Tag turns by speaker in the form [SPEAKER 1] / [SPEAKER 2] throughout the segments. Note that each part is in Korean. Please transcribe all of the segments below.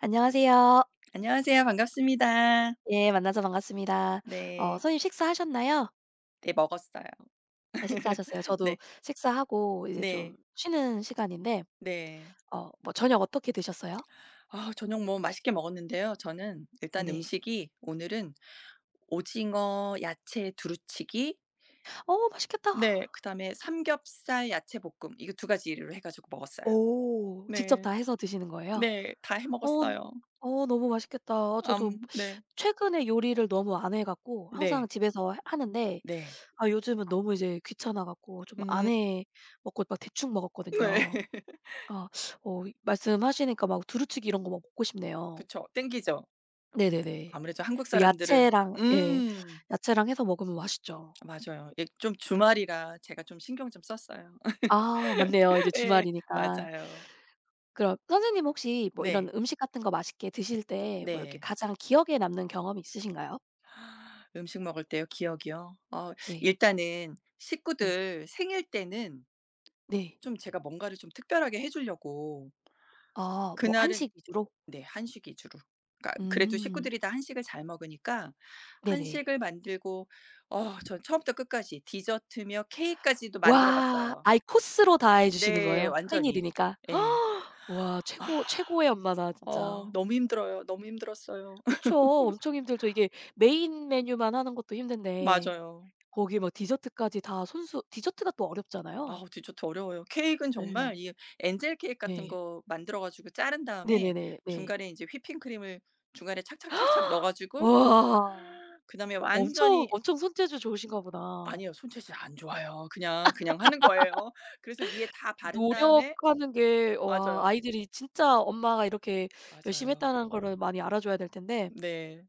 [SPEAKER 1] 안녕하세요.
[SPEAKER 2] 안녕하세요. 반갑습니다.
[SPEAKER 1] 예 만나서 반갑습니다.
[SPEAKER 2] 네.
[SPEAKER 1] 선생님 식사하셨나요?
[SPEAKER 2] 네, 먹었어요.
[SPEAKER 1] 네, 식사하셨어요. 저도
[SPEAKER 2] 네.
[SPEAKER 1] 식사하고 이제 좀
[SPEAKER 2] 네.
[SPEAKER 1] 쉬는 시간인데
[SPEAKER 2] 네.
[SPEAKER 1] 뭐 저녁 어떻게 드셨어요?
[SPEAKER 2] 아, 저녁 뭐 맛있게 먹었는데요. 저는 일단
[SPEAKER 1] 네네.
[SPEAKER 2] 음식이 오늘은 오징어 야채 두루치기,
[SPEAKER 1] 어
[SPEAKER 2] 네
[SPEAKER 1] 맛있겠다.
[SPEAKER 2] 그다음에 삼겹살 야채 볶음, 이거 두 가지를 해 가지고 먹었어요.
[SPEAKER 1] 오 직접
[SPEAKER 2] 네.
[SPEAKER 1] 다 해서 드시는 거예요?
[SPEAKER 2] 네, 다 해
[SPEAKER 1] 어
[SPEAKER 2] 먹었어요.
[SPEAKER 1] 어 너무 맛있겠다. 어, 저도
[SPEAKER 2] 암 네.
[SPEAKER 1] 최근에 요리를 너무 안 해 갖고 항상
[SPEAKER 2] 네.
[SPEAKER 1] 집에서 하는데
[SPEAKER 2] 네.
[SPEAKER 1] 아 요즘은 너무 이제 귀찮아 갖고 좀 안
[SPEAKER 2] 음.
[SPEAKER 1] 해 먹고 막 대충
[SPEAKER 2] 네.
[SPEAKER 1] 먹었거든요. 아 어 말씀하시니까 막 두루치기 이런 거 막 먹고 싶네요.
[SPEAKER 2] 그쵸, 땡기죠.
[SPEAKER 1] 네네네.
[SPEAKER 2] 아무래도 한국
[SPEAKER 1] 또
[SPEAKER 2] 사람들은
[SPEAKER 1] 야채랑 예.
[SPEAKER 2] 음.
[SPEAKER 1] 야채랑 해서 먹으면 맛있죠.
[SPEAKER 2] 맞아요. 예, 좀 주말이라 제가 좀 신경 좀 썼어요.
[SPEAKER 1] 아 맞네요. 이제
[SPEAKER 2] 예,
[SPEAKER 1] 주말이니까.
[SPEAKER 2] 맞아요.
[SPEAKER 1] 그럼 선생님 혹시 뭐 이런
[SPEAKER 2] 네.
[SPEAKER 1] 음식 같은 거 맛있게 드실 때 뭐 이렇게
[SPEAKER 2] 네.
[SPEAKER 1] 가장 기억에 남는 경험이 있으신가요?
[SPEAKER 2] 음식 먹을 때요? 기억이요? 어,
[SPEAKER 1] 네.
[SPEAKER 2] 일단은
[SPEAKER 1] 네.
[SPEAKER 2] 식구들 생일 때는
[SPEAKER 1] 네.
[SPEAKER 2] 좀 제가 뭔가를 좀 특별하게 해 주려고.
[SPEAKER 1] 아 뭐
[SPEAKER 2] 그날은
[SPEAKER 1] 한식 위주로?
[SPEAKER 2] 네, 한식 위주로. 그러니까 그래도
[SPEAKER 1] 음.
[SPEAKER 2] 식구들이 다 한식을 잘 먹으니까
[SPEAKER 1] 네네.
[SPEAKER 2] 한식을 만들고, 어 전 처음부터 끝까지 디저트며 케이크까지도 만들어
[SPEAKER 1] 와.
[SPEAKER 2] 봤어요.
[SPEAKER 1] 아예 코스로 다 해 주시는
[SPEAKER 2] 네,
[SPEAKER 1] 거예요?
[SPEAKER 2] 완전히.
[SPEAKER 1] 생일이니까.
[SPEAKER 2] 예.
[SPEAKER 1] 와
[SPEAKER 2] 아.
[SPEAKER 1] 최고의 엄마다
[SPEAKER 2] 어,
[SPEAKER 1] 진짜.
[SPEAKER 2] 너무 힘들어요. 너무 힘들었어요.
[SPEAKER 1] 그쵸. 엄청 힘들죠. 이게 메인 메뉴만 하는 것도 힘든데.
[SPEAKER 2] 맞아요.
[SPEAKER 1] 거기에 막 디저트까지 다 손수 디저트가 또 어렵잖아요.
[SPEAKER 2] 아우, 디저트 어려워요. 케이크는 정말
[SPEAKER 1] 네.
[SPEAKER 2] 이 엔젤 케이크 같은
[SPEAKER 1] 네.
[SPEAKER 2] 거 만들어 가지고 자른 다음에
[SPEAKER 1] 네네네. 네.
[SPEAKER 2] 중간에 이제 휘핑크림을 중간에 착착착착 넣어 가지고
[SPEAKER 1] 와.
[SPEAKER 2] 그다음에
[SPEAKER 1] 엄청,
[SPEAKER 2] 완전히.
[SPEAKER 1] 엄청 손재주 좋으신가 보다.
[SPEAKER 2] 아니요, 손재질 안 좋아요. 그냥 하는 거예요. 그래서 위에 다
[SPEAKER 1] 그
[SPEAKER 2] 바른 다음에
[SPEAKER 1] 노력하는 게 와
[SPEAKER 2] 맞아요.
[SPEAKER 1] 아이들이 진짜 엄마가 이렇게 열심히
[SPEAKER 2] 맞아요.
[SPEAKER 1] 했다는 거를 많이 알아줘야 될 텐데
[SPEAKER 2] 네.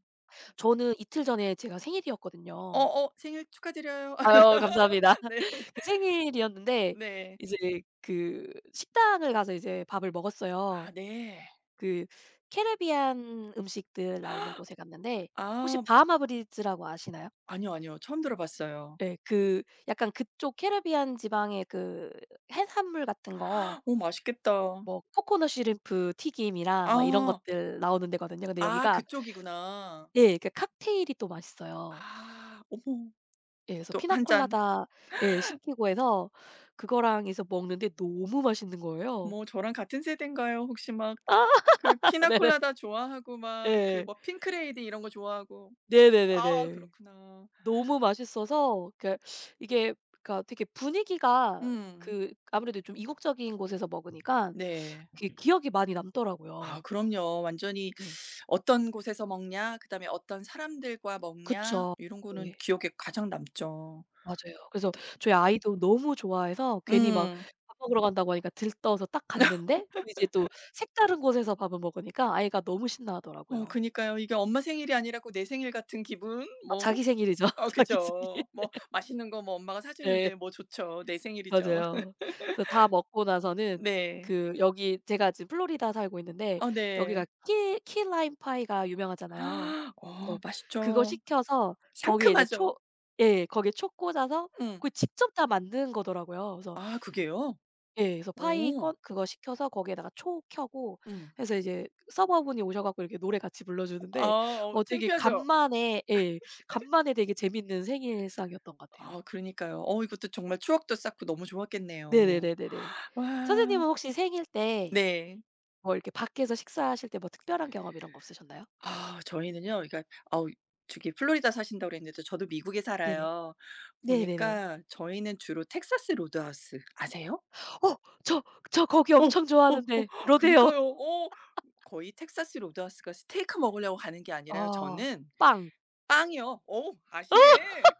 [SPEAKER 1] 저는 이틀 전에 제가 생일이었거든요.
[SPEAKER 2] 어어, 생일 축하드려요.
[SPEAKER 1] 아유 감사합니다.
[SPEAKER 2] 네.
[SPEAKER 1] 그 생일이었는데
[SPEAKER 2] 네.
[SPEAKER 1] 이제 그 식당을 가서 이제 밥을
[SPEAKER 2] 아
[SPEAKER 1] 먹었어요.
[SPEAKER 2] 네.
[SPEAKER 1] 그 캐리비안 음식들 나오는 곳에 갔는데 혹시
[SPEAKER 2] 아,
[SPEAKER 1] 바하마 브리즈라고 아시나요?
[SPEAKER 2] 아니요, 아니요. 처음 들어 봤어요.
[SPEAKER 1] 예. 그 약간 그쪽 캐리비안 지방의 그 해산물 같은 거
[SPEAKER 2] 오, 맛있겠다.
[SPEAKER 1] 뭐 코코넛 쉬림프 튀김이랑 막 이런
[SPEAKER 2] 아.
[SPEAKER 1] 것들 나오는 데거든요. 근데
[SPEAKER 2] 아,
[SPEAKER 1] 여기가
[SPEAKER 2] 그쪽이구나.
[SPEAKER 1] 예 그 칵테일이 또 맛있어요.
[SPEAKER 2] 아, 어머.
[SPEAKER 1] 예 그래서
[SPEAKER 2] 또 한 잔.
[SPEAKER 1] 피나콜라다 예 시키고 해서 그거랑 해서 먹는데 너무 맛있는 거예요.
[SPEAKER 2] 어머, 저랑 같은 세대인가요? 혹시 막
[SPEAKER 1] 아
[SPEAKER 2] 그
[SPEAKER 1] 네네.
[SPEAKER 2] 피나콜라다 좋아하고 막 그
[SPEAKER 1] 예.
[SPEAKER 2] 뭐 핑크레이디 이런 거 좋아하고. 아,
[SPEAKER 1] 네네네네.
[SPEAKER 2] 그렇구나.
[SPEAKER 1] 너무 맛있어서 그 이게 그러니까 되게 분위기가
[SPEAKER 2] 음.
[SPEAKER 1] 그 아무래도 좀 이국적인 곳에서 먹으니까
[SPEAKER 2] 네.
[SPEAKER 1] 그게 기억이 많이
[SPEAKER 2] 아
[SPEAKER 1] 남더라고요.
[SPEAKER 2] 그럼요, 완전히.
[SPEAKER 1] 네.
[SPEAKER 2] '어떤 곳에서 먹냐.' 그다음에 '어떤 사람들과 먹냐.'
[SPEAKER 1] 그쵸.
[SPEAKER 2] 이런 거는
[SPEAKER 1] 네.
[SPEAKER 2] 기억에 가장 남죠.
[SPEAKER 1] 맞아요. 그래서 저희 아이도 너무 좋아해서 괜히 막
[SPEAKER 2] 음.
[SPEAKER 1] 밥 먹으러 간다고 하니까 들떠서 딱 갔는데 또 이제 또 색다른 곳에서 밥을 먹으니까 아이가 너무
[SPEAKER 2] 어
[SPEAKER 1] 신나하더라고요.
[SPEAKER 2] 그니까요. 이게 엄마 생일이 아니라 고 내 생일 같은 기분?
[SPEAKER 1] 아
[SPEAKER 2] 뭐
[SPEAKER 1] 자기 생일이죠.
[SPEAKER 2] 어
[SPEAKER 1] 자기 생일.
[SPEAKER 2] 그죠. 뭐 맛있는 거 뭐 엄마가 사
[SPEAKER 1] 네.
[SPEAKER 2] 주는데 뭐 좋죠. 내 생일이죠.
[SPEAKER 1] 맞아요. 그래서 다 먹고 나서는
[SPEAKER 2] 네.
[SPEAKER 1] 그 여기 제가 지금 플로리다 살고 있는데
[SPEAKER 2] 어 네.
[SPEAKER 1] 여기가 키 라임 파이가 유명하잖아요. 그래서
[SPEAKER 2] 어
[SPEAKER 1] 그거
[SPEAKER 2] 맛있죠.
[SPEAKER 1] 시켜서 거기에 이제
[SPEAKER 2] 상큼하죠.
[SPEAKER 1] 초 예 거기에 초 꽂아서
[SPEAKER 2] 응.
[SPEAKER 1] 거기 직접 다 만든 거더라고요. 그래서
[SPEAKER 2] 아 그게요?
[SPEAKER 1] 예 그래서 파이
[SPEAKER 2] 오.
[SPEAKER 1] 건 그거 시켜서 거기에다가 초 켜고
[SPEAKER 2] 응.
[SPEAKER 1] 해서 이제 서버분이 오셔 갖고 이렇게 노래 같이 불러
[SPEAKER 2] 아,
[SPEAKER 1] 주는데
[SPEAKER 2] 어
[SPEAKER 1] 어 되게
[SPEAKER 2] 창피하죠.
[SPEAKER 1] 간만에 예 간만에 되게 재밌는 생일상이었던 것 같아요.
[SPEAKER 2] 아 그러니까요. 어 이것도 정말 추억도 쌓고 너무 좋았겠네요.
[SPEAKER 1] 네네네네네.
[SPEAKER 2] 와.
[SPEAKER 1] 선생님은 혹시 생일 때
[SPEAKER 2] 네.
[SPEAKER 1] 뭐 이렇게 밖에서 식사하실 때 뭐 특별한 경험 이런 거 없으셨나요?
[SPEAKER 2] 아 저희는요 그러니까, 아우, 저기 플로리다 사신다고 그랬는데 저도 미국에
[SPEAKER 1] 네네.
[SPEAKER 2] 살아요.
[SPEAKER 1] 네네네.
[SPEAKER 2] 보니까 저희는 주로 텍사스 로드하우스 아세요?
[SPEAKER 1] 어 저 저 거기
[SPEAKER 2] 어. 어
[SPEAKER 1] 엄청
[SPEAKER 2] 어.
[SPEAKER 1] 좋아하는데 로데오.
[SPEAKER 2] 그니까요. 어, 거의 텍사스 로드하우스가 스테이크 먹으려고 가는 게 아니라요.
[SPEAKER 1] 아
[SPEAKER 2] 저는
[SPEAKER 1] 빵.
[SPEAKER 2] 빵이요. 어, 아시네.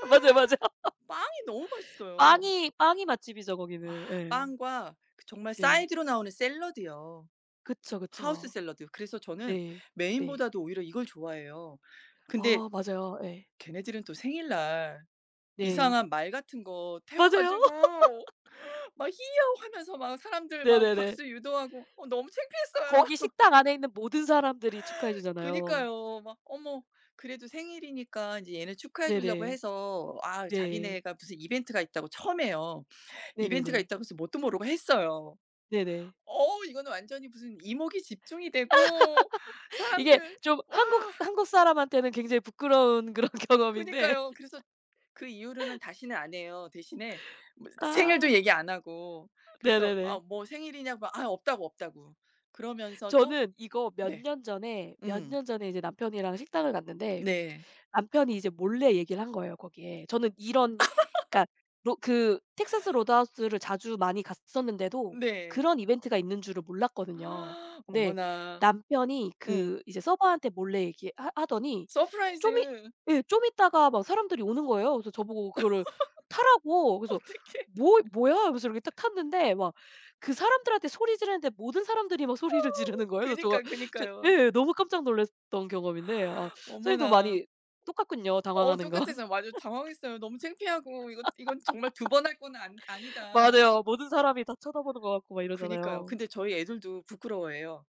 [SPEAKER 1] 맞아요, 맞아요.
[SPEAKER 2] 빵이 너무 맛있어요.
[SPEAKER 1] 빵이 맛집이죠 거기는. 예.
[SPEAKER 2] 빵과 그 정말
[SPEAKER 1] 네.
[SPEAKER 2] 사이드로 나오는 샐러드요.
[SPEAKER 1] 그쵸,
[SPEAKER 2] 하우스
[SPEAKER 1] 그쵸.
[SPEAKER 2] 샐러드. 그래서 저는
[SPEAKER 1] 네. 네.
[SPEAKER 2] 메인보다도 오히려 이걸 좋아해요. 근데
[SPEAKER 1] 아 맞아요. 예.
[SPEAKER 2] 걔네들은 또 생일날
[SPEAKER 1] 네.
[SPEAKER 2] 이상한 말 같은 거 태워
[SPEAKER 1] 맞아요.
[SPEAKER 2] 가지고 막 히야호 하면서 막 사람들 막
[SPEAKER 1] 네네네.
[SPEAKER 2] 박수 유도하고 어 너무 창피했어요.
[SPEAKER 1] 거기 식당 안에 있는 모든 사람들이 축하해 주잖아요.
[SPEAKER 2] 그니까요. 막 어머. 그래도 생일이니까 이제 얘네 축하해 주려고
[SPEAKER 1] 네네.
[SPEAKER 2] 해서, 아
[SPEAKER 1] 네.
[SPEAKER 2] 자기네가 무슨 이벤트가 있다고 처음 해요. 이벤트가
[SPEAKER 1] 네네네.
[SPEAKER 2] 있다고 해서 뭣도 모르고 했어요.
[SPEAKER 1] 네네.
[SPEAKER 2] 어 이거는 완전히 무슨 이목이 집중이 되고
[SPEAKER 1] 이게
[SPEAKER 2] 사람들.
[SPEAKER 1] 좀
[SPEAKER 2] 와,
[SPEAKER 1] 한국 사람한테는 굉장히 부끄러운 그런 경험인데
[SPEAKER 2] 그니까요. 그래서 그 이후로는 다시는 안 해요. 대신에 뭐
[SPEAKER 1] 아.
[SPEAKER 2] 생일도 얘기 안 하고. 그래서 "아
[SPEAKER 1] 네네네.
[SPEAKER 2] 뭐 생일이냐?"고 "아 없다고, 없다고." 그러면서도
[SPEAKER 1] 저는 이거 몇
[SPEAKER 2] 네.
[SPEAKER 1] 년 전에 몇
[SPEAKER 2] 음.
[SPEAKER 1] 년 전에 이제 남편이랑 식당을 갔는데
[SPEAKER 2] 네.
[SPEAKER 1] 남편이 이제 몰래 얘기를 한 거예요 거기에. 저는 이런 그러니까 로 그 텍사스 로드하우스를 자주 많이 갔었는데도
[SPEAKER 2] 네.
[SPEAKER 1] 그런 이벤트가 있는 줄을 몰랐거든요. 근데
[SPEAKER 2] 어머나.
[SPEAKER 1] 남편이
[SPEAKER 2] 음.
[SPEAKER 1] 그 이제 서버한테 몰래 얘기 하 하더니 좀 있
[SPEAKER 2] 서프라이즈.
[SPEAKER 1] 예 좀 있다가 막 사람들이 오는 거예요. 그래서 저보고 그거를 타라고. 그래서
[SPEAKER 2] 어떡해.
[SPEAKER 1] 뭐야?" 하면서 이렇게 딱 탔는데 막 그 사람들한테 소리 지르는데 모든 사람들이 막 소리를 지르는 거예요. 그래서 제가
[SPEAKER 2] 그니까,
[SPEAKER 1] 저
[SPEAKER 2] 그니까요.
[SPEAKER 1] 예 너무 깜짝 놀랐던 경험인데 아 선생님도
[SPEAKER 2] 어머나.
[SPEAKER 1] 많이 똑같군요,
[SPEAKER 2] 어,
[SPEAKER 1] 당황하는 건.
[SPEAKER 2] 똑같았어요. 맞아요. 당황했어요. 너무 창피하고 이거 이건 정말 두 번 할 거는 아니 아니다.
[SPEAKER 1] 맞아요. 모든 사람이 다 쳐다보는 것 같고 막
[SPEAKER 2] 그니까요.
[SPEAKER 1] 이러잖아요.
[SPEAKER 2] 근데 저희 애들도 부끄러워해요.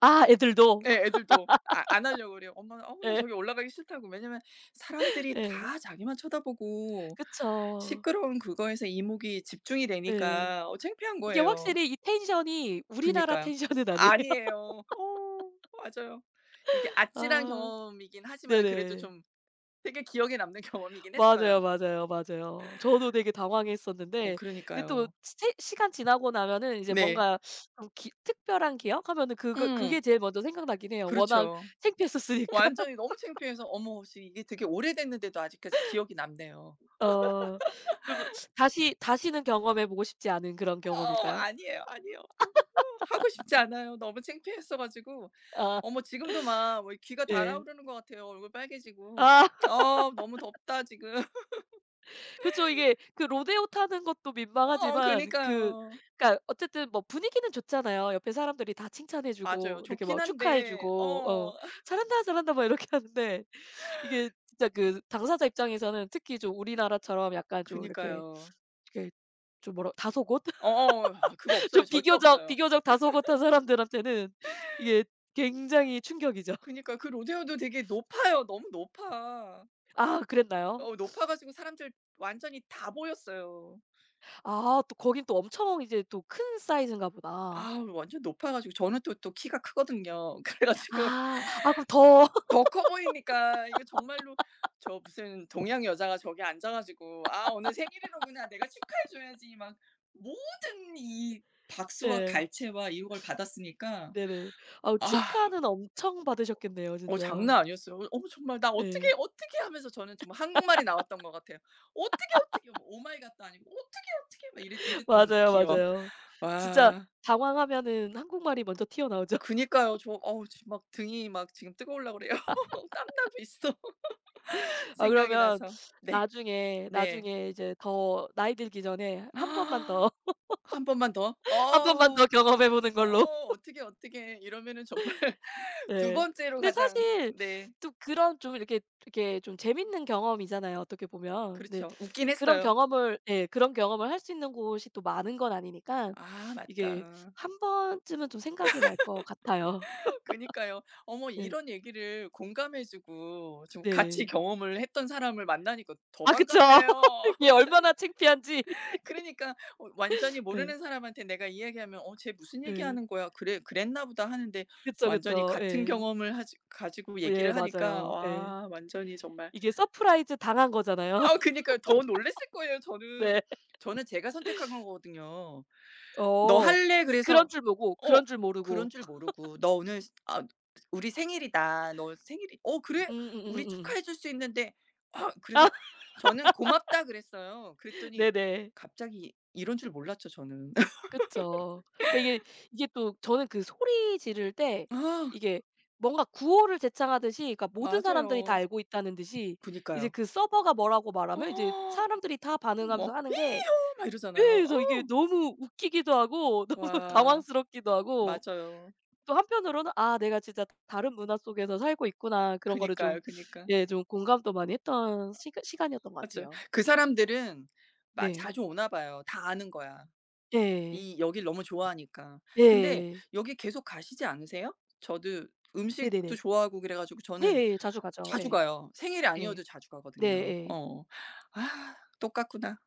[SPEAKER 1] 아 애들도.
[SPEAKER 2] 예, 애들도 아 안 하려고 그래요. 엄마는 "어우 나
[SPEAKER 1] 예.
[SPEAKER 2] 저기 올라가기 싫다."고. 왜냐면 사람들이
[SPEAKER 1] 예.
[SPEAKER 2] 다 자기만 쳐다보고
[SPEAKER 1] 그쵸.
[SPEAKER 2] 시끄러운 그거에서 이목이 집중이
[SPEAKER 1] 예.
[SPEAKER 2] 되니까 어 창피한
[SPEAKER 1] 이게
[SPEAKER 2] 거예요.
[SPEAKER 1] 확실히 이 텐션이 우리나라
[SPEAKER 2] 그니까요.
[SPEAKER 1] 텐션은 아니에요.
[SPEAKER 2] 아니에요. 어, 맞아요. 이게 아찔한
[SPEAKER 1] 아
[SPEAKER 2] 경험이긴 하지만은 그래도
[SPEAKER 1] 네네.
[SPEAKER 2] 좀 되게 기억에 남는 경험이긴
[SPEAKER 1] 맞아요,
[SPEAKER 2] 했어요.
[SPEAKER 1] 맞아요, 맞아요. 저도 되게
[SPEAKER 2] 어
[SPEAKER 1] 당황했었는데 근데 또
[SPEAKER 2] 그러니까요.
[SPEAKER 1] 시 시간 지나고 나면은 이제
[SPEAKER 2] 네.
[SPEAKER 1] 뭔가 좀 기 특별한 기억 하면은 그거 그게
[SPEAKER 2] 음.
[SPEAKER 1] 제일 먼저 생각나긴 해요. 워낙
[SPEAKER 2] 그렇죠.
[SPEAKER 1] 창피했었으니까.
[SPEAKER 2] 완전히 너무 창피해서. 어머, 혹시 이게 되게 오래됐는데도 아직까지 기억이 남네요.
[SPEAKER 1] 어. 그럼 다시는 경험해 보고 싶지 않은 그런
[SPEAKER 2] 어
[SPEAKER 1] 경험일까요?
[SPEAKER 2] 아니에요, 아니에요. 아 뭐 하고 싶지 않아요. 너무 창피했어 가지고.
[SPEAKER 1] 아
[SPEAKER 2] 어머, 지금도 막 뭐 귀가
[SPEAKER 1] 예.
[SPEAKER 2] 달아오르는 것 같아요, 얼굴 빨개지고.
[SPEAKER 1] 아
[SPEAKER 2] 어, 너무 덥다 지금.
[SPEAKER 1] 그쵸. 이게 그 로데오 타는 것도
[SPEAKER 2] 어
[SPEAKER 1] 민망하지만 그
[SPEAKER 2] 그니까요.
[SPEAKER 1] 그러니까 어쨌든 뭐 분위기는 좋잖아요. 옆에 사람들이 다 칭찬해
[SPEAKER 2] 맞아요,
[SPEAKER 1] 주고 이렇게
[SPEAKER 2] 좋긴
[SPEAKER 1] 막 축하해
[SPEAKER 2] 한데.
[SPEAKER 1] 주고 어
[SPEAKER 2] 어
[SPEAKER 1] "잘한다, 잘한다." 막 이렇게 하는데 이게 진짜 그 당사자 입장에서는 특히 좀 우리나라처럼 약간 좀 이렇게
[SPEAKER 2] 그니까요.
[SPEAKER 1] 이렇게 좀 뭐라 다소곳?
[SPEAKER 2] 어어, 아 그거 없어요.
[SPEAKER 1] 좀
[SPEAKER 2] 절대
[SPEAKER 1] 비교적
[SPEAKER 2] 없어요.
[SPEAKER 1] 비교적 다소곳한 사람들한테는 이게 굉장히 충격이죠.
[SPEAKER 2] 그니까 그 로데오도 되게 높아요. 너무 높아.
[SPEAKER 1] 아 그랬나요?
[SPEAKER 2] 어, 높아 가지고 사람들 완전히 다 보였어요.
[SPEAKER 1] 아 또 거긴 또 엄청 이제 또 큰 사이즈인가 보다.
[SPEAKER 2] 아 완전 높아 가지고 저는 또 키가 크거든요. 그래 가지고
[SPEAKER 1] 아. 아 그럼 더
[SPEAKER 2] 더 커 보이니까 이거 정말로 저 무슨 동양 여자가 저기 앉아 가지고 '아 오늘 생일이로구나. 내가 축하해 줘야지.' 막 모든 이 박수와
[SPEAKER 1] 예.
[SPEAKER 2] 갈채와 유혹을 받았으니까.
[SPEAKER 1] 네네. 아우
[SPEAKER 2] 아.
[SPEAKER 1] 축하는 엄청 받으셨겠네요
[SPEAKER 2] 어,
[SPEAKER 1] 진짜.
[SPEAKER 2] 장난 아니었어요. 어, 어, 정말 나 어떻게
[SPEAKER 1] 예.
[SPEAKER 2] 어떻게 하면서 저는 정말 한국말이 나왔던 것 같아요. 어떻게 어떻게, 뭐 오 마이 갓도 아니고 어떻게 어떻게 막 이랬 이랬던
[SPEAKER 1] 맞아요,
[SPEAKER 2] 기억.
[SPEAKER 1] 맞아요. 진짜
[SPEAKER 2] 와.
[SPEAKER 1] 당황하면은 한국말이 먼저 튀어나오죠.
[SPEAKER 2] 그니까요. 저 어우 지금 막 등이 막 지금 뜨거울라고 그래요. 땀 나고 있어.
[SPEAKER 1] 아
[SPEAKER 2] 생각이
[SPEAKER 1] 그러면
[SPEAKER 2] 나서. 네. 네.
[SPEAKER 1] 나중에 이제 더 나이 들기 전에 한 번만 더,
[SPEAKER 2] 한 번만 더. 어.
[SPEAKER 1] 한 번만 더
[SPEAKER 2] 어
[SPEAKER 1] 경험해 보는 걸로.
[SPEAKER 2] 어떡어떻게 이러면은 정말 두
[SPEAKER 1] 네.
[SPEAKER 2] 번째로
[SPEAKER 1] 근데
[SPEAKER 2] 가장
[SPEAKER 1] 사실
[SPEAKER 2] 네.
[SPEAKER 1] 또 그런 좀 이렇게 이렇게 좀 재밌는 경험이잖아요, 어떻게 보면. 네.
[SPEAKER 2] 그렇죠. 웃긴
[SPEAKER 1] 그런
[SPEAKER 2] 했어요.
[SPEAKER 1] 경험을 예 그런 경험을 할 수 있는 곳이 또 많은 건 아니니까
[SPEAKER 2] 아
[SPEAKER 1] 이게
[SPEAKER 2] 맞다.
[SPEAKER 1] 한 번쯤은 좀 생각이 날 것 같아요.
[SPEAKER 2] 그니까요. 어머,
[SPEAKER 1] 네.
[SPEAKER 2] 이런 얘기를 공감해 주고 좀 같이
[SPEAKER 1] 네.
[SPEAKER 2] 경험을 했던 사람을 만나니까 더
[SPEAKER 1] 아 그쵸.
[SPEAKER 2] 반갑네요.
[SPEAKER 1] 이게
[SPEAKER 2] 완전히.
[SPEAKER 1] 얼마나 창피한지.
[SPEAKER 2] 그러니까 어 완전히
[SPEAKER 1] 예.
[SPEAKER 2] 모르는 사람한테 내가 이 얘기하면 '어 쟤 무슨
[SPEAKER 1] 예.
[SPEAKER 2] 얘기하는 거야. 그래 그랬나 보다.' 하는데
[SPEAKER 1] 그쵸,
[SPEAKER 2] 완전히
[SPEAKER 1] 그쵸.
[SPEAKER 2] 같은
[SPEAKER 1] 예.
[SPEAKER 2] 경험을 하지 가지고
[SPEAKER 1] 예
[SPEAKER 2] 얘기를 하니까
[SPEAKER 1] 맞아요. 예.
[SPEAKER 2] 와 완전히 정말.
[SPEAKER 1] 이게 서프라이즈 당한 거잖아요.
[SPEAKER 2] 아 그니까요. 더 놀랐을 거예요 저는.
[SPEAKER 1] 네.
[SPEAKER 2] 저는 제가 선택한 거거든요. "너
[SPEAKER 1] 어.
[SPEAKER 2] 할래?"
[SPEAKER 1] 이 그런
[SPEAKER 2] 그래서
[SPEAKER 1] 줄 모고
[SPEAKER 2] 어
[SPEAKER 1] 그런 줄
[SPEAKER 2] 그런
[SPEAKER 1] 모르고.
[SPEAKER 2] 줄 모르고 "너 오늘 스 아 우리 생일이다. 너 생일이" "어 그래? 우리
[SPEAKER 1] 음음음음음.
[SPEAKER 2] 축하해 줄 수 있는데" 아
[SPEAKER 1] 아
[SPEAKER 2] 그래서 저는 "고맙다." 그랬어요. 그랬더니
[SPEAKER 1] 네네.
[SPEAKER 2] 갑자기 이런 줄 몰랐죠 저는.
[SPEAKER 1] 그쵸. 그러니까 이게 이게 또 저는 그 소리 지를 때
[SPEAKER 2] 아
[SPEAKER 1] 이게 뭔가 구호를 제창하듯이 그러니까 모든 사람들이 다
[SPEAKER 2] 맞아요.
[SPEAKER 1] 알고 있다는 듯이 이제
[SPEAKER 2] 그니까요.
[SPEAKER 1] 그 서버가 뭐라고 말하면 이제
[SPEAKER 2] 어,
[SPEAKER 1] 사람들이 다 반응하면서
[SPEAKER 2] 뭐 히
[SPEAKER 1] 하는 게
[SPEAKER 2] 요 막
[SPEAKER 1] 예
[SPEAKER 2] 이러잖아요. 어.
[SPEAKER 1] 그래서 이게 너무 웃기기도 하고 너무
[SPEAKER 2] 와,
[SPEAKER 1] 당황스럽기도 하고
[SPEAKER 2] 맞아요.
[SPEAKER 1] 또 한편으로는 '아 내가 진짜 다른 문화 속에서 살고 있구나.' 그런 거를 좀
[SPEAKER 2] 그니까요, 그니까.
[SPEAKER 1] 예 좀 공감도 많이 했던 시간이었던 것
[SPEAKER 2] 맞아요.
[SPEAKER 1] 같아요.
[SPEAKER 2] 그 사람들은 막
[SPEAKER 1] 네.
[SPEAKER 2] 자주 오나 봐요. 다 아는 거야.
[SPEAKER 1] 예.
[SPEAKER 2] 이 여길 너무 좋아하니까. 근데
[SPEAKER 1] 예.
[SPEAKER 2] 여기 계속 가시지 않으세요? 저도
[SPEAKER 1] 네네네.
[SPEAKER 2] 음식도 좋아하고 그래 가지고
[SPEAKER 1] 네. 네,
[SPEAKER 2] 저는
[SPEAKER 1] 네. 자주 가죠.
[SPEAKER 2] 자주
[SPEAKER 1] 예.
[SPEAKER 2] 가요. 생일이
[SPEAKER 1] 예.
[SPEAKER 2] 아니어도 자주
[SPEAKER 1] 네
[SPEAKER 2] 가거든요.
[SPEAKER 1] 예.
[SPEAKER 2] 어. 아, 똑같구나.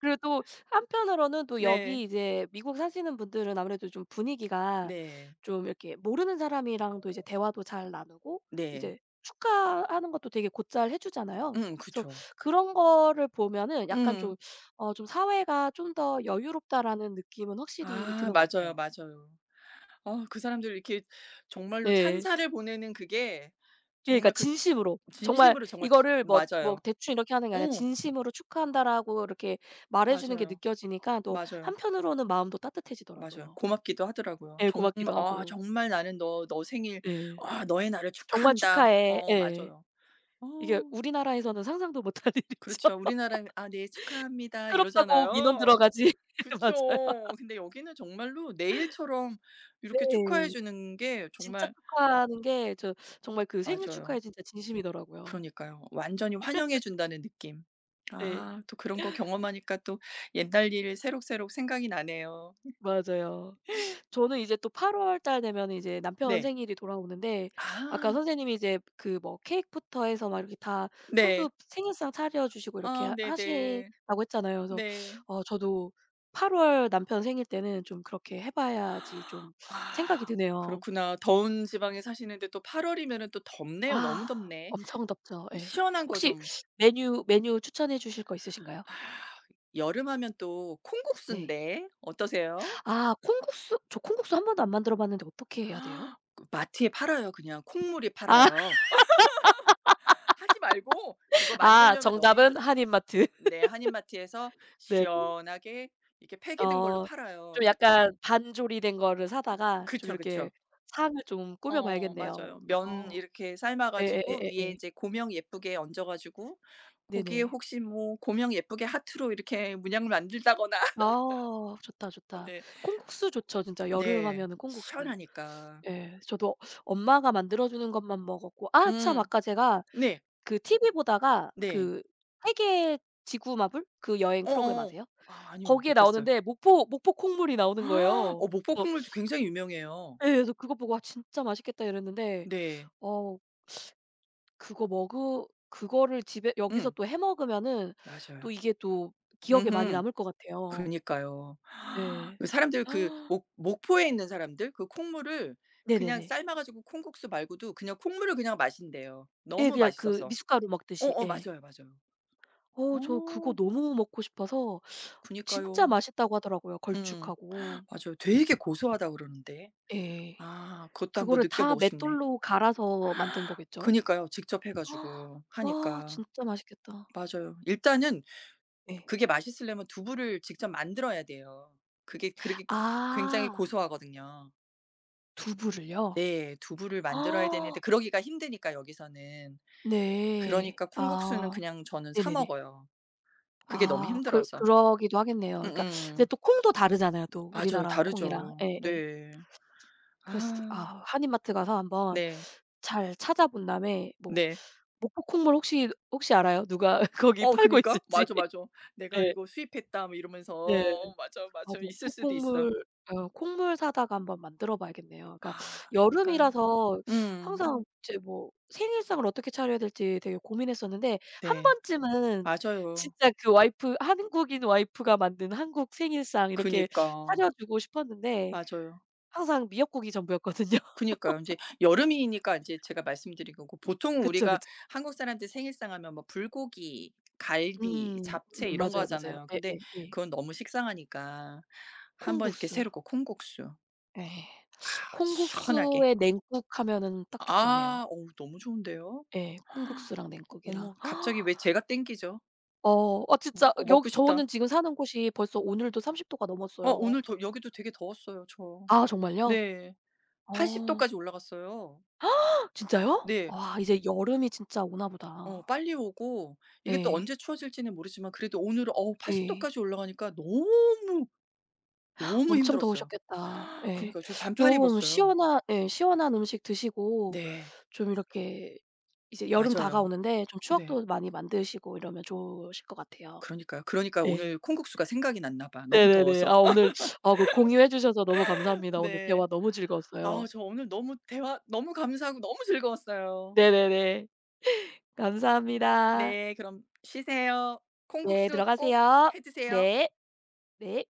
[SPEAKER 1] 그리고 또 한편으로는 또
[SPEAKER 2] 네.
[SPEAKER 1] 여기 이제 미국 사시는 분들은 아무래도 좀 분위기가
[SPEAKER 2] 네.
[SPEAKER 1] 좀 이렇게 모르는 사람이랑도 이제 대화도 잘 나누고
[SPEAKER 2] 네.
[SPEAKER 1] 이제 축하하는 것도 되게 곧잘 해 주잖아요. 그래서
[SPEAKER 2] 그쵸.
[SPEAKER 1] 그런 거를 보면은 약간
[SPEAKER 2] 음.
[SPEAKER 1] 좀 어 좀 '사회가 좀 더 여유롭다.'라는 느낌은 확실히
[SPEAKER 2] 아
[SPEAKER 1] 드는 것
[SPEAKER 2] 맞아요,
[SPEAKER 1] 같아요.
[SPEAKER 2] 맞아요. 아 그 사람들 이렇게 정말로
[SPEAKER 1] 네.
[SPEAKER 2] 찬사를 보내는 그게
[SPEAKER 1] 예 그러니까
[SPEAKER 2] 정말 그
[SPEAKER 1] 진심으로 정말
[SPEAKER 2] 진심으로 정말 기
[SPEAKER 1] 이거를 뭐
[SPEAKER 2] 맞아요.
[SPEAKER 1] 대충 이렇게 하는 게 아니라
[SPEAKER 2] 어
[SPEAKER 1] "진심으로 축하한다."라고 이렇게 말해 주는 게
[SPEAKER 2] 맞아요.
[SPEAKER 1] 느껴지니까 또
[SPEAKER 2] 맞아요.
[SPEAKER 1] 한편으로는 마음도
[SPEAKER 2] 맞아요.
[SPEAKER 1] 따뜻해지더라고요.
[SPEAKER 2] 고맙기도 하더라고요.
[SPEAKER 1] 예
[SPEAKER 2] 정말
[SPEAKER 1] 고맙기도
[SPEAKER 2] "아
[SPEAKER 1] 하고.
[SPEAKER 2] 정말 나는 너 너 생일
[SPEAKER 1] 예.
[SPEAKER 2] 아 너의 날을
[SPEAKER 1] "정말
[SPEAKER 2] 축하한다."
[SPEAKER 1] 축하해."
[SPEAKER 2] 어
[SPEAKER 1] 예.
[SPEAKER 2] 맞아요.
[SPEAKER 1] 이게
[SPEAKER 2] 어.
[SPEAKER 1] 우리나라에서는 상상도 못할 일이죠.
[SPEAKER 2] 그렇죠. 우리나라는 "아 네 축하합니다."
[SPEAKER 1] 부끄럽다고 민원
[SPEAKER 2] 이러잖아요.
[SPEAKER 1] 들어가지. 맞아요.
[SPEAKER 2] 그쵸. 근데 여기는 정말로 내일처럼 이렇게 축하해
[SPEAKER 1] 네.
[SPEAKER 2] 주는 게
[SPEAKER 1] 진짜
[SPEAKER 2] 정말
[SPEAKER 1] 축하하는 게 저 정말 그 생일
[SPEAKER 2] 맞아요.
[SPEAKER 1] 축하에 진짜 진심이더라고요.
[SPEAKER 2] 그러니까요. 완전히 환영해 준다는 느낌. 아
[SPEAKER 1] 예.
[SPEAKER 2] 또 그런 거 경험하니까 또 옛날 일 새록새록 생각이 나네요.
[SPEAKER 1] 맞아요. 저는 이제 또 8 월달 되면 이제 남편
[SPEAKER 2] 네.
[SPEAKER 1] 생일이 돌아오는데 아까
[SPEAKER 2] 아
[SPEAKER 1] 선생님이 이제 그 뭐 케이크부터 해서 막 이렇게 다 손수
[SPEAKER 2] 네.
[SPEAKER 1] 생일상 차려 주시고 이렇게
[SPEAKER 2] 아
[SPEAKER 1] 하
[SPEAKER 2] 네네.
[SPEAKER 1] 하신다고 했잖아요. 그래서
[SPEAKER 2] 네.
[SPEAKER 1] 어 저도 8월 남편 생일 때는 좀 그렇게 해 봐야지 좀 생각이
[SPEAKER 2] 아
[SPEAKER 1] 드네요.
[SPEAKER 2] 그렇구나. 더운 지방에 사시는데 또 8월 월이면은 또 덥네요. 너무
[SPEAKER 1] 아
[SPEAKER 2] 덥네.
[SPEAKER 1] 엄청 덥죠.
[SPEAKER 2] 그럼
[SPEAKER 1] 예.
[SPEAKER 2] 시원한 거
[SPEAKER 1] 혹시
[SPEAKER 2] 좀.
[SPEAKER 1] 메뉴 추천해 주실 거 있으신가요?
[SPEAKER 2] 아, 여름하면 또
[SPEAKER 1] 네.
[SPEAKER 2] 콩국수인데 어떠세요?
[SPEAKER 1] 아 콩국수 저 콩국수 한 번도 안 만들어 봤는데 어떻게 해야 돼요?
[SPEAKER 2] 아, 그 마트에 팔아요. 그냥 콩물이
[SPEAKER 1] 아
[SPEAKER 2] 팔아요. 하지 말고, 그거
[SPEAKER 1] 아
[SPEAKER 2] 만들려면 너무
[SPEAKER 1] 정답은
[SPEAKER 2] 힘들어.
[SPEAKER 1] 한인마트.
[SPEAKER 2] 네. 한인마트에서
[SPEAKER 1] 네.
[SPEAKER 2] 시원하게 이렇게 팩이 든 걸로
[SPEAKER 1] 어
[SPEAKER 2] 팔아요.
[SPEAKER 1] 좀 약간 반조리된 거를 사다가 좀
[SPEAKER 2] 그쵸,
[SPEAKER 1] 이렇게
[SPEAKER 2] 그쵸.
[SPEAKER 1] 상을 좀 꾸며
[SPEAKER 2] 어
[SPEAKER 1] 봐야겠네요.
[SPEAKER 2] 맞아요. 면
[SPEAKER 1] 어.
[SPEAKER 2] 이렇게 삶아 가지고 위에
[SPEAKER 1] 예예예예예.
[SPEAKER 2] 이제 고명 예쁘게 얹어 가지고 거기에
[SPEAKER 1] 네네.
[SPEAKER 2] 혹시 뭐 고명 예쁘게 하트로 이렇게 문양을 만들다거나.
[SPEAKER 1] 아 좋다, 좋다.
[SPEAKER 2] 네.
[SPEAKER 1] 콩국수 좋죠. 진짜 여름
[SPEAKER 2] 네.
[SPEAKER 1] 하면은 콩국수.
[SPEAKER 2] 시원하니까.
[SPEAKER 1] 예. 저도 엄마가 만들어 주는 것만 먹었고 아 참
[SPEAKER 2] 음.
[SPEAKER 1] 아까 제가
[SPEAKER 2] 네.
[SPEAKER 1] 그 TV 보다가
[SPEAKER 2] 네.
[SPEAKER 1] 그 세계 지구 마블 그 여행 프로그램
[SPEAKER 2] 어어.
[SPEAKER 1] 아세요?
[SPEAKER 2] 아 아니요.
[SPEAKER 1] 거기에
[SPEAKER 2] 못 봤어요.
[SPEAKER 1] 나오는데 목포 콩물이 나오는
[SPEAKER 2] 어
[SPEAKER 1] 거예요.
[SPEAKER 2] 목포
[SPEAKER 1] 그래서
[SPEAKER 2] 콩물도 굉장히 유명해요.
[SPEAKER 1] 예 그래서 그거 보고 '아 진짜 맛있겠다.' 이랬는데
[SPEAKER 2] 네.
[SPEAKER 1] 어 그거를 집에 여기서
[SPEAKER 2] 음.
[SPEAKER 1] 또 해 먹으면은 또
[SPEAKER 2] 맞아요.
[SPEAKER 1] 이게 또 기억에 많이
[SPEAKER 2] 음음.
[SPEAKER 1] 남을 것 같아요.
[SPEAKER 2] 그니까요.
[SPEAKER 1] 예.
[SPEAKER 2] 그 사람들 그 목 목포에 있는 사람들 그 콩물을 그냥
[SPEAKER 1] 네네네.
[SPEAKER 2] 삶아 가지고 콩국수 말고도 그냥 콩물을 그냥 마신대요,
[SPEAKER 1] 예
[SPEAKER 2] 너무
[SPEAKER 1] 그냥 그
[SPEAKER 2] 맛있어서.
[SPEAKER 1] 미숫가루 먹듯이.
[SPEAKER 2] 어어
[SPEAKER 1] 예.
[SPEAKER 2] 맞아요, 맞아요.
[SPEAKER 1] 어 저 그거
[SPEAKER 2] 어
[SPEAKER 1] 너무 먹고 싶어서 진짜
[SPEAKER 2] 그니까요.
[SPEAKER 1] 맛있다고 하더라고요,
[SPEAKER 2] 음
[SPEAKER 1] 걸쭉하고.
[SPEAKER 2] 맞아요. 되게 고소하다고 그러는데.
[SPEAKER 1] 예.
[SPEAKER 2] 아 그것도 한번
[SPEAKER 1] 그거를 다
[SPEAKER 2] 느껴보고 싶네.
[SPEAKER 1] 맷돌로 갈아서 만든 거겠죠?
[SPEAKER 2] 그니까요. 직접 해 가지고
[SPEAKER 1] 와
[SPEAKER 2] 하니까.
[SPEAKER 1] 진짜 맛있겠다.
[SPEAKER 2] 맞아요. 일단은
[SPEAKER 1] 네.
[SPEAKER 2] 그게 맛있으려면 두부를 직접 만들어야 돼요. 그게 그렇게 굉장히
[SPEAKER 1] 아
[SPEAKER 2] 고소하거든요.
[SPEAKER 1] 두부를요?
[SPEAKER 2] 네. 두부를 만들어야 되는데 그러기가 힘드니까 여기서는.
[SPEAKER 1] 네.
[SPEAKER 2] 그러니까 콩국수는
[SPEAKER 1] 아
[SPEAKER 2] 그냥 저는 사
[SPEAKER 1] 네네네.
[SPEAKER 2] 먹어요, 그게 너무
[SPEAKER 1] 아 그
[SPEAKER 2] 힘들어서.
[SPEAKER 1] 그러기도 하겠네요. 그러니까 근데
[SPEAKER 2] 음음.
[SPEAKER 1] 또 콩도 다르잖아요 또
[SPEAKER 2] 맞아요,
[SPEAKER 1] 우리나라 콩이랑.
[SPEAKER 2] 다르죠.
[SPEAKER 1] 예예.
[SPEAKER 2] 네.
[SPEAKER 1] 그래서
[SPEAKER 2] 아
[SPEAKER 1] 아 한인마트 가서 한번
[SPEAKER 2] 네.
[SPEAKER 1] 잘 찾아본 다음에 뭐
[SPEAKER 2] 네.
[SPEAKER 1] 목포 콩물 혹시 알아요? 누가 거기
[SPEAKER 2] 어
[SPEAKER 1] 팔고
[SPEAKER 2] 그니까.
[SPEAKER 1] 있을지?
[SPEAKER 2] 맞아, 맞아. '내가
[SPEAKER 1] 예.
[SPEAKER 2] 이거 수입했다.' 뭐 이러면서
[SPEAKER 1] 네.
[SPEAKER 2] 어 맞아,
[SPEAKER 1] 아
[SPEAKER 2] 맞아. 있을
[SPEAKER 1] 목포
[SPEAKER 2] 수도 있어.
[SPEAKER 1] 콩물 어, 콩물 사다가 한번 만들어 봐야겠네요. 그러니까
[SPEAKER 2] 아 그니까요.
[SPEAKER 1] 여름이라서
[SPEAKER 2] 음.
[SPEAKER 1] 항상 이제 뭐 생일상을 어떻게 차려야 될지 되게 고민했었는데 한
[SPEAKER 2] 네.
[SPEAKER 1] 번쯤은
[SPEAKER 2] 맞아요.
[SPEAKER 1] 진짜 그 와이프 한국인 와이프가 만든 한국 생일상 이렇게
[SPEAKER 2] 그니까.
[SPEAKER 1] 차려 주고 싶었는데
[SPEAKER 2] 맞아요.
[SPEAKER 1] 항상 미역국이 전부였거든요.
[SPEAKER 2] 그니까요. 이제 여름이니까 이제 제가 말씀드린 거고, 보통
[SPEAKER 1] 그쵸,
[SPEAKER 2] 우리가
[SPEAKER 1] 그쵸.
[SPEAKER 2] 한국 사람들 생일상 하면 뭐 불고기, 갈비,
[SPEAKER 1] 음.
[SPEAKER 2] 잡채 이런 거
[SPEAKER 1] 맞아요, 맞아요.
[SPEAKER 2] 하잖아요.
[SPEAKER 1] 예예
[SPEAKER 2] 근데
[SPEAKER 1] 예. 예.
[SPEAKER 2] 그건 너무 식상하니까 한번 이렇게
[SPEAKER 1] 콩국수.
[SPEAKER 2] 새롭고 콩국수.
[SPEAKER 1] 예.
[SPEAKER 2] 아, 시원하게.
[SPEAKER 1] 콩국수에 냉국 하면은 딱 좋겠네요.
[SPEAKER 2] 아 어우 너무 좋은데요.
[SPEAKER 1] 예. 콩국수랑 냉국이랑.
[SPEAKER 2] 어머, 갑자기 왜 제가 땡기죠.
[SPEAKER 1] 어. 아
[SPEAKER 2] 음,
[SPEAKER 1] 진짜
[SPEAKER 2] 어
[SPEAKER 1] 여
[SPEAKER 2] 먹고 싶다.
[SPEAKER 1] 저는 지금 사는 곳이 벌써 오늘도 30 도가
[SPEAKER 2] 어,
[SPEAKER 1] 넘었어요.
[SPEAKER 2] 오늘 더 여기도 되게 더웠어요 저.
[SPEAKER 1] 아 정말요?
[SPEAKER 2] 네. 80도
[SPEAKER 1] 어.
[SPEAKER 2] 도까지 올라갔어요.
[SPEAKER 1] 진짜요?
[SPEAKER 2] 네.
[SPEAKER 1] 와 이제 여름이 진짜 오나
[SPEAKER 2] 어
[SPEAKER 1] 보다.
[SPEAKER 2] 빨리 오고 이게 또
[SPEAKER 1] 예.
[SPEAKER 2] 언제 추워질지는 모르지만 그래도 오늘은 어우 80도
[SPEAKER 1] 예.
[SPEAKER 2] 도까지 올라가니까 너무, 너무
[SPEAKER 1] 엄청
[SPEAKER 2] 힘들었어요.
[SPEAKER 1] 더우셨겠다. 예.
[SPEAKER 2] 그니까요. 러저 반팔
[SPEAKER 1] 좀
[SPEAKER 2] 입었어요.
[SPEAKER 1] 시원한 예 시원한 음식 드시고
[SPEAKER 2] 네.
[SPEAKER 1] 좀 이렇게 이제 여름
[SPEAKER 2] 맞아요.
[SPEAKER 1] 다가오는데 좀
[SPEAKER 2] 네.
[SPEAKER 1] 추억도 많이 만드시고 이러면 좋으실 것 같아요.
[SPEAKER 2] 그러니까요. 그러니까
[SPEAKER 1] 예.
[SPEAKER 2] 오늘 콩국수가 생각이 났나 봐, 너무
[SPEAKER 1] 네네네.
[SPEAKER 2] 더워서.
[SPEAKER 1] 아 오늘 아 그 공유해 주셔서 너무 감사합니다. 오늘
[SPEAKER 2] 네.
[SPEAKER 1] 대화 너무
[SPEAKER 2] 아
[SPEAKER 1] 즐거웠어요.
[SPEAKER 2] 저 오늘 너무 대화 너무 감사하고 너무 즐거웠어요.
[SPEAKER 1] 네네네. 감사합니다.
[SPEAKER 2] 네. 그럼 쉬세요.
[SPEAKER 1] 네.
[SPEAKER 2] 콩국수 꼭
[SPEAKER 1] 들어가세요.
[SPEAKER 2] 해 드세요.
[SPEAKER 1] 네. 네.